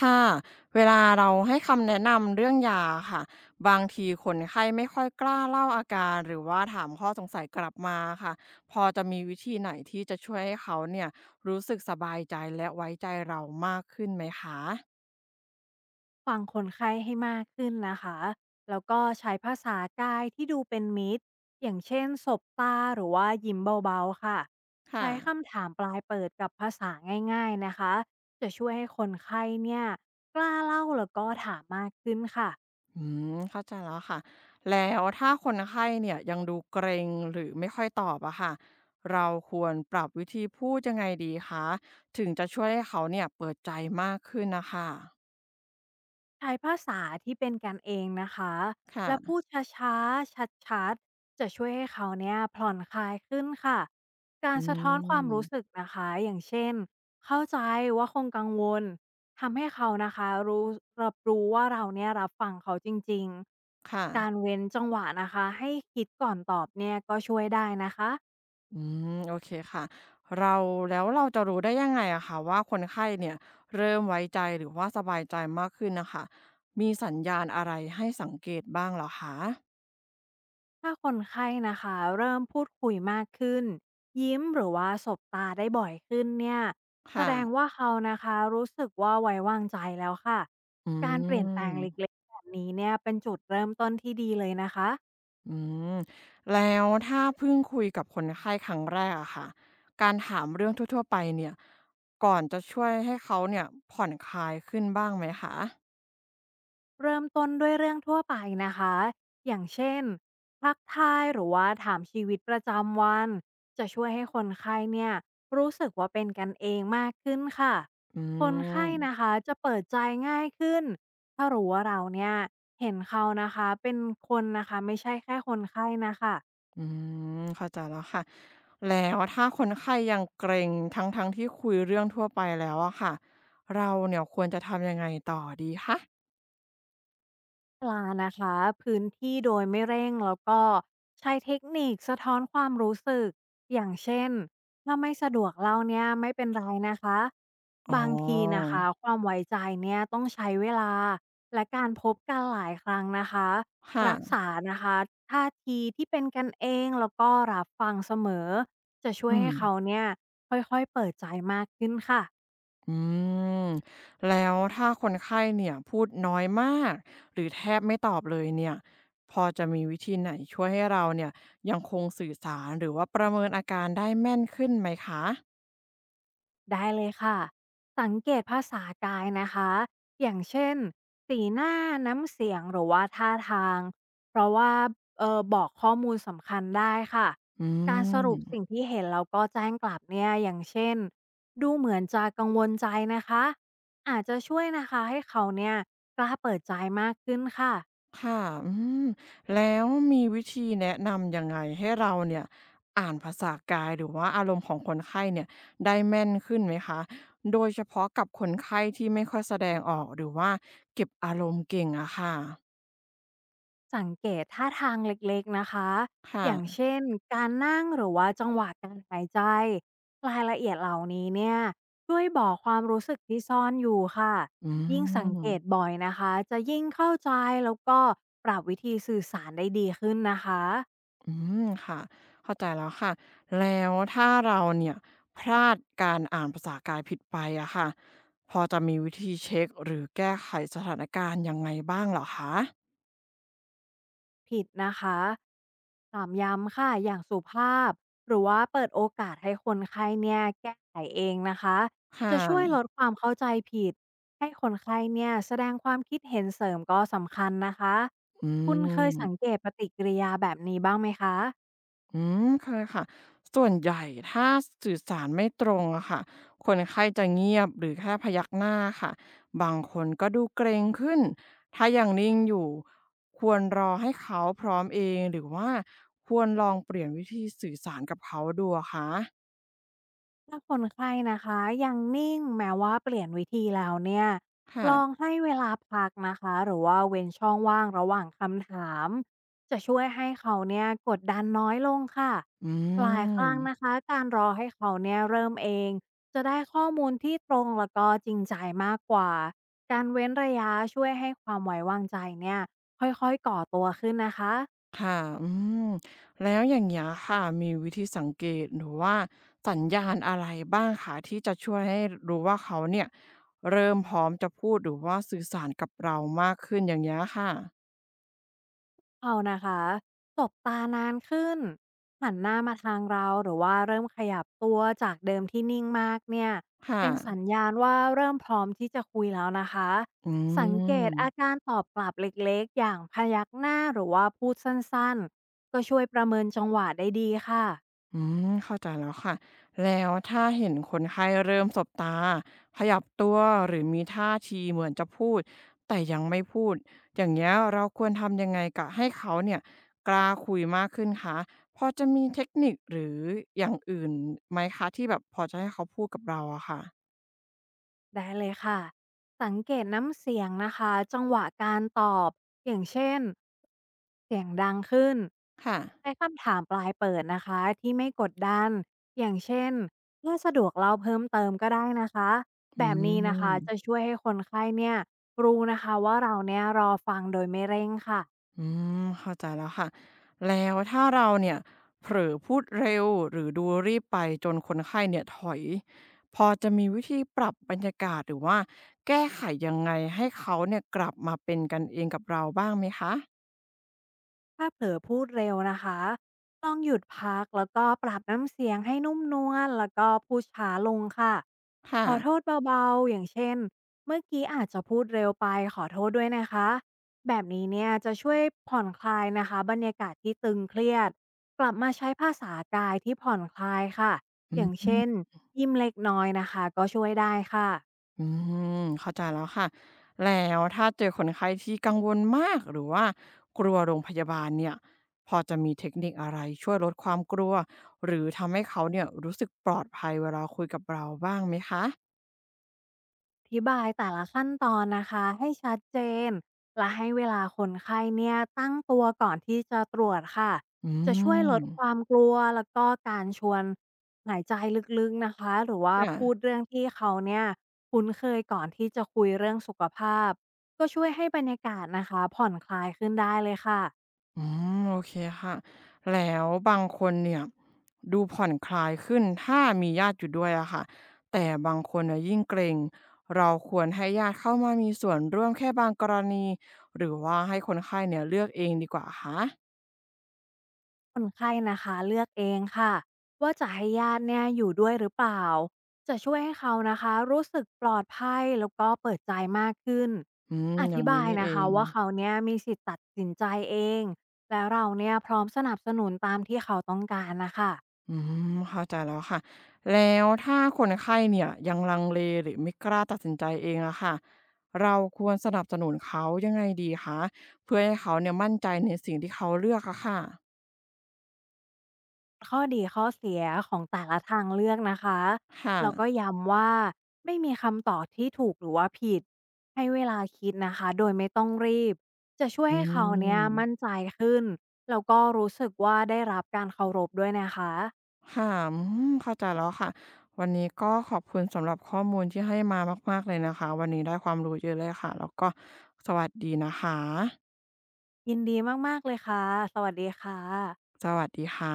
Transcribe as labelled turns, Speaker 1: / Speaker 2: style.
Speaker 1: ค่ะเวลาเราให้คำแนะนำเรื่องยาค่ะบางทีคนไข้ไม่ค่อยกล้าเล่าอาการหรือว่าถามข้อสงสัยกลับมาค่ะพอจะมีวิธีไหนที่จะช่วยให้เขาเนี่ยรู้สึกสบายใจและไว้ใจเรามากขึ้นไหมคะ
Speaker 2: ฟังคนไข้ให้มากขึ้นนะคะ แล้วก็ใช้ภาษากายที่ดูเป็นมิตรอย่างเช่นสบตาหรือว่ายิ้มเบาๆค่ะ
Speaker 1: ค่ะ
Speaker 2: ใช้คำถามปลายเปิดกับภาษาง่ายๆนะคะ จะช่วยให้คนไข้เนี่ยกล้าเล่าแล้วก็ถามมากขึ้นค่ะ
Speaker 1: อืมเข้าใจแล้วค่ะแล้วถ้าคนไข้เนี่ยยังดูเกรงหรือไม่ค่อยตอบอะค่ะเราควรปรับวิธีพูดยังไงดีคะถึงจะช่วยให้เขาเนี่ยเปิดใจมากขึ้นนะคะ
Speaker 2: ใช้ภาษาที่เป็นกันเองนะคะ และพู
Speaker 1: ค่ะ
Speaker 2: ดช้าๆ ชัดๆ จะช่วยให้เขาเนี่ยผ่อนคลายขึ้นค่ะ กา
Speaker 1: อื
Speaker 2: รสะท้อนความ
Speaker 1: ม
Speaker 2: รู้สึกนะคะ อย่างเช่นเข้าใจว่าคงกังวล ทำให้เขานะคะรู้รับรู้ว่าเราเนี่ยรับฟังเขาจริง
Speaker 1: ค่ะ
Speaker 2: ๆ การเว้นจังหวะนะคะ ให้คิดก่อนตอบเนี่ยก็ช่วยได้นะคะ
Speaker 1: อืมโอเคค่ะเราแล้วเราจะรู้ได้ยังไงอะค่ะว่าคนไข้เนี่ยเริ่มไว้ใจหรือว่าสบายใจมากขึ้นน่ะค่ะมีสัญญาณอะไรให้สังเกตบ้างเหรอคะ
Speaker 2: ถ้าคนไข้นะคะเริ่มพูดคุยมากขึ้นยิ้มหรือว่าสบตาได้บ่อยขึ้นเนี่ยแส
Speaker 1: ค่ะ
Speaker 2: ดงว่าเขานะคะรู้สึกว่าไว้วางใจแล้วค่ะ
Speaker 1: อื
Speaker 2: การเปลี่ยนแปล
Speaker 1: ม
Speaker 2: งเล็กๆแบบนี้เนี่ยเป็นจุดเริ่มต้นที่ดีเลยนะคะ
Speaker 1: อืมแล้วถ้าเพิ่งคุยกับคนไข้ครั้งแรกอะค่ะการถามเรื่องทั่วๆไปเนี่ยก่อนจะช่วยให้เขาเนี่ยผ่อนคลายขึ้นบ้างไหมคะ
Speaker 2: เริ่มต้นด้วยเรื่องทั่วไปนะคะ อย่างเช่นทักทายหรือว่าถามชีวิตประจำวันจะช่วยให้คนไข้เนี่ยรู้สึกว่าเป็นกันเองมากขึ้นค่ะ
Speaker 1: อื
Speaker 2: คน
Speaker 1: ม
Speaker 2: ไข้นะคะจะเปิดใจง่ายขึ้นถ้ารู้ว่าเราเนี่ยเห็นเขานะคะเป็นคนนะคะไม่ใช่แค่คนไข้นะคะ
Speaker 1: อืมเข้าใจแล้วค่ะแล้วถ้าคนไข้ยังเกรงทั้งที่คุยเรื่องทั่วไปแล้วอะค่ะเราเนี่ยควรจะทำยังไงต่อดีคะ
Speaker 2: ปลานะคะพื้นที่โดยไม่เร่งแล้วก็ใช้เทคนิคสะท้อนความรู้สึกอย่างเช่นถ้าไม่สะดวกเล่าเนี่ยไม่เป็นไรนะคะ
Speaker 1: อ๋อ
Speaker 2: บางทีนะคะความไว้ใจเนี่ยต้องใช้เวลาและการพบกันหลายครั้งนะคะรัก
Speaker 1: ค่ะ
Speaker 2: ษานะคะท่าทีที่เป็นกันเองแล้วก็รับฟังเสมอจะช่
Speaker 1: อื
Speaker 2: วยให้เขา
Speaker 1: ม
Speaker 2: เนี่ยค่อยๆเปิดใจมากขึ้นค่ะ
Speaker 1: อืมแล้วถ้าคนไข้เนี่ยพูดน้อยมากหรือแทบไม่ตอบเลยเนี่ยพอจะมีวิธีไหนช่วยให้เราเนี่ยยังคงสื่อสารหรือว่าประเมินอาการได้แม่นขึ้นไหมคะ
Speaker 2: ได้เลยค่ะสังเกตภาษากายนะคะอย่างเช่นสีหน้าน้ำเสียงหรือว่าท่าทางเพราะว่าบอกข้อมูลสำคัญได้ค่ะ
Speaker 1: อื
Speaker 2: การสรุปสิ่ง
Speaker 1: ม
Speaker 2: ที่เห็นแล้วก็แจ้งกลับเนี่ยอย่างเช่นดูเหมือนจะกังวลใจนะคะอาจจะช่วยนะคะให้เขาเนี่ยกล้าเปิดใจมากขึ้นค่ะ
Speaker 1: ค่ะอืมแล้วมีวิธีแนะนำยังไงให้เราเนี่ยอ่านภาษากายหรือว่าอารมณ์ของคนไข้เนี่ยได้แม่นขึ้นไหมคะ โดยเฉพาะกับคนไข้ที่ไม่ค่อยแสดงออกหรือว่าเก็บอารมณ์เก่งอะค่ะ
Speaker 2: สังเกตท่าทางเล็กๆนะคะอย่าง
Speaker 1: ค่ะ
Speaker 2: เช่นการนั่งหรือว่าจังหวะการหายใจรายละเอียดเหล่านี้เนี่ยช่วยบอกความรู้สึกที่ซ่อนอยู่ค่ะ
Speaker 1: อื
Speaker 2: ยิ่งสังเกต
Speaker 1: ม
Speaker 2: บ่อยนะคะจะยิ่งเข้าใจแล้วก็ปรับวิธีสื่อสารได้ดีขึ้นนะคะ
Speaker 1: อืมค่ะเข้าใจแล้วค่ะแล้วถ้าเราเนี่ยพลาดการอ่านภาษากายผิดไปอะค่ะพอจะมีวิธีเช็กหรือแก้ไขสถานการณ์ยังไงบ้างเหรอคะ
Speaker 2: ผิดนะคะถามย้ำค่ะ อย่างสุภาพ หรือว่าเปิดโอกาสให้คนไข้เนี่ยแก้ไขเองนะคะ
Speaker 1: ค
Speaker 2: จะช่วย
Speaker 1: ่ะ
Speaker 2: ลดความเข้าใจผิดให้คนไข้เนี่ยแสดงความคิดเห็นเสริมก็สำคัญนะคะ
Speaker 1: อื
Speaker 2: คุณเคยสังเก
Speaker 1: ม
Speaker 2: ตปฏิกิริยาแบบนี้บ้างไหมคะ
Speaker 1: อืมเคยค่ะส่วนใหญ่ถ้าสื่อสารไม่ตรงอะค่ะคนไข้จะเงียบหรือแค่พยักหน้าค่ะบางคนก็ดูเกรงขึ้นถ้ายังนิ่งอยู่ควรรอให้เขาพร้อมเองหรือว่าควรลองเปลี่ยนวิธีสื่อสารกับเขาดูอะคะ
Speaker 2: ถ้าคนไข้นะคะยังนิ่งแม้ว่าเปลี่ยนวิธีแล้วเนี่ย
Speaker 1: ค่ะ
Speaker 2: ลองให้เวลาพักนะคะหรือว่าเว้นช่องว่างระหว่างคำถามจะช่วยให้เขาเนี่ยกดดันน้อยลงค่ะ
Speaker 1: อื
Speaker 2: หลายครั้งนะ
Speaker 1: ม
Speaker 2: คะการรอให้เขาเนี่ยเริ่มเองจะได้ข้อมูลที่ตรงแล้วก็จริงใจมากกว่าการเว้นระยะช่วยให้ความไว้วางใจเนี่ยค่อยๆก่อตัวขึ้นนะคะ
Speaker 1: ค่ะอืมแล้วอย่างเงี้ยค่ะ มีวิธีสังเกตหรือว่าสัญญาณอะไรบ้างคะที่จะช่วยให้รู้ว่าเขาเนี่ยเริ่มพร้อมจะพูดหรือว่าสื่อสารกับเรามากขึ้นอย่างเงี้ยค่ะ
Speaker 2: เอานะคะสบตานานขึ้นหันหน้ามาทางเราหรือว่าเริ่มขยับตัวจากเดิมที่นิ่งมากเนี่ย
Speaker 1: ค่ะ
Speaker 2: เป็นสัญญาณว่าเริ่มพร้อมที่จะคุยแล้วนะคะ
Speaker 1: อื
Speaker 2: สังเกตอา
Speaker 1: ม
Speaker 2: การตอบกลับเล็กๆ อย่างพยักหน้าหรือว่าพูดสั้นๆ ก็ช่วยประเมินจังหวะได้ดีค่ะ
Speaker 1: อืมเข้าใจแล้วค่ะแล้วถ้าเห็นคนไข้เริ่มสบตาขยับตัวหรือมีท่าทีเหมือนจะพูดแต่ยังไม่พูดอย่างเงี้ยเราควรทำยังไงกะให้เขาเนี่ยกล้าคุยมากขึ้นคะพอจะมีเทคนิคหรืออย่างอื่นไหมคะที่แบบพอจะให้เขาพูดกับเราอะค่ะ
Speaker 2: ได้เลยค่ะ สังเกตน้ำเสียงนะคะจังหวะการตอบอย่างเช่นเสียงดังขึ้น
Speaker 1: ค่ะ
Speaker 2: ใช้คำถามปลายเปิดนะคะที่ไม่กดดันอย่างเช่นถ้าสะดวกเล่าเพิ่มเติมก็ได้นะคะ
Speaker 1: อื
Speaker 2: แบบนี้นะคะ
Speaker 1: ม
Speaker 2: จะช่วยให้คนไข้เนี่ยรู้นะคะว่าเราเนี่ยรอฟังโดยไม่เร่งค่ะ
Speaker 1: อืมเข้าใจแล้วค่ะแล้วถ้าเราเนี่ยเผลอพูดเร็วหรือดูรีบไปจนคนไข้เนี่ยถอยพอจะมีวิธีปรับบรรยากาศหรือว่าแก้ไขยังไงให้เขาเนี่ยกลับมาเป็นกันเองกับเราบ้างไหมคะ
Speaker 2: ถ้าเผลอพูดเร็วนะคะลองหยุดพักแล้วก็ปรับน้ำเสียงให้นุ่มนวลแล้วก็พูดช้าลงค่ะ
Speaker 1: ค่ะ
Speaker 2: ขอโทษเบาๆอย่างเช่นเมื่อกี้อาจจะพูดเร็วไปขอโทษด้วยนะคะแบบนี้เนี่ยจะช่วยผ่อนคลายนะคะบรรยากาศที่ตึงเครียดกลับมาใช้ภาษากายที่ผ่อนคลายค่ะอย่างเช่นยิ้มเล็กน้อยนะคะก็ช่วยได้ค่ะ
Speaker 1: อืมเข้าใจแล้วค่ะแล้วถ้าเจอคนไข้ที่กังวลมากหรือว่ากลัวโรงพยาบาลเนี่ยพอจะมีเทคนิคอะไรช่วยลดความกลัวหรือทำให้เขาเนี่ยรู้สึกปลอดภัยเวลาคุยกับเราบ้างไหมคะ
Speaker 2: อธิบายแต่ละขั้นตอนนะคะให้ชัดเจนและให้เวลาคนไข้เนี่ยตั้งตัวก่อนที่จะตรวจค่ะ
Speaker 1: อื
Speaker 2: จะช่วยล
Speaker 1: ม
Speaker 2: ดความกลัวแล้วก็การชวนหายใจลึกๆนะคะหรือว่า
Speaker 1: ค่ะ
Speaker 2: พูดเรื่องที่เขาเนี่ยคุ้นเคยก่อนที่จะคุยเรื่องสุขภาพก็ช่วยให้บรรยากาศนะคะผ่อนคลายขึ้นได้เลยค่ะ
Speaker 1: อืมโอเคค่ะแล้วบางคนเนี่ยดูผ่อนคลายขึ้นถ้ามีญาติอยู่ด้วยอะค่ะแต่บางคนน่ะยิ่งเกรงเราควรให้ญาติเข้ามามีส่วนร่วมแค่บางกรณีหรือว่าให้คนไข้เนี่ยเลือกเองดีกว่าคะ
Speaker 2: คนไข้นะคะเลือกเองค่ะว่าจะให้ญาติเนี่ยอยู่ด้วยหรือเปล่าจะช่วยให้เขานะคะรู้สึกปลอดภัยแล้วก็เปิดใจมากขึ้น
Speaker 1: อืม
Speaker 2: อ
Speaker 1: อย่า
Speaker 2: ธิ
Speaker 1: ง
Speaker 2: บา
Speaker 1: นี้
Speaker 2: ย
Speaker 1: นี่เอ
Speaker 2: นะคะ
Speaker 1: ง
Speaker 2: ว่าเขาเนี่ยมีสิทธิ์ตัดสินใจเองและเราเนี่ยพร้อมสนับสนุนตามที่เขาต้องการนะคะ
Speaker 1: อืมเข้าใจแล้วค่ะแล้วถ้าคนไข้เนี่ยยังลังเลหรือไม่กล้าตัดสินใจเองอะค่ะเราควรสนับสนุนเขายังไงดีคะเพื่อให้เขาเนี่ยมั่นใจในสิ่งที่เขาเลือกอะค่ะ
Speaker 2: ข้อดีข้อเสียของแต่ละทางเลือกนะคะ
Speaker 1: ค่ะ
Speaker 2: แล้วก็ย้ำว่าไม่มีคำตอบที่ถูกหรือว่าผิดให้เวลาคิดนะคะ โดยไม่ต้องรีบจะช่วย
Speaker 1: อื
Speaker 2: ให้เขาเนี้ย
Speaker 1: ม
Speaker 2: มั่นใจขึ้นแล้วก็รู้สึกว่าได้รับการเคารพด้วยนะคะ
Speaker 1: ค่ะอืมเข้าใจแล้วค่ะวันนี้ก็ขอบคุณสำหรับข้อมูลที่ให้มามากๆเลยนะคะวันนี้ได้ความรู้เยอะเลยค่ะแล้วก็สวัสดีนะคะ
Speaker 2: ยินดีมากๆเลยค่ะสวัสดีค่ะ
Speaker 1: สวัสดีค่ะ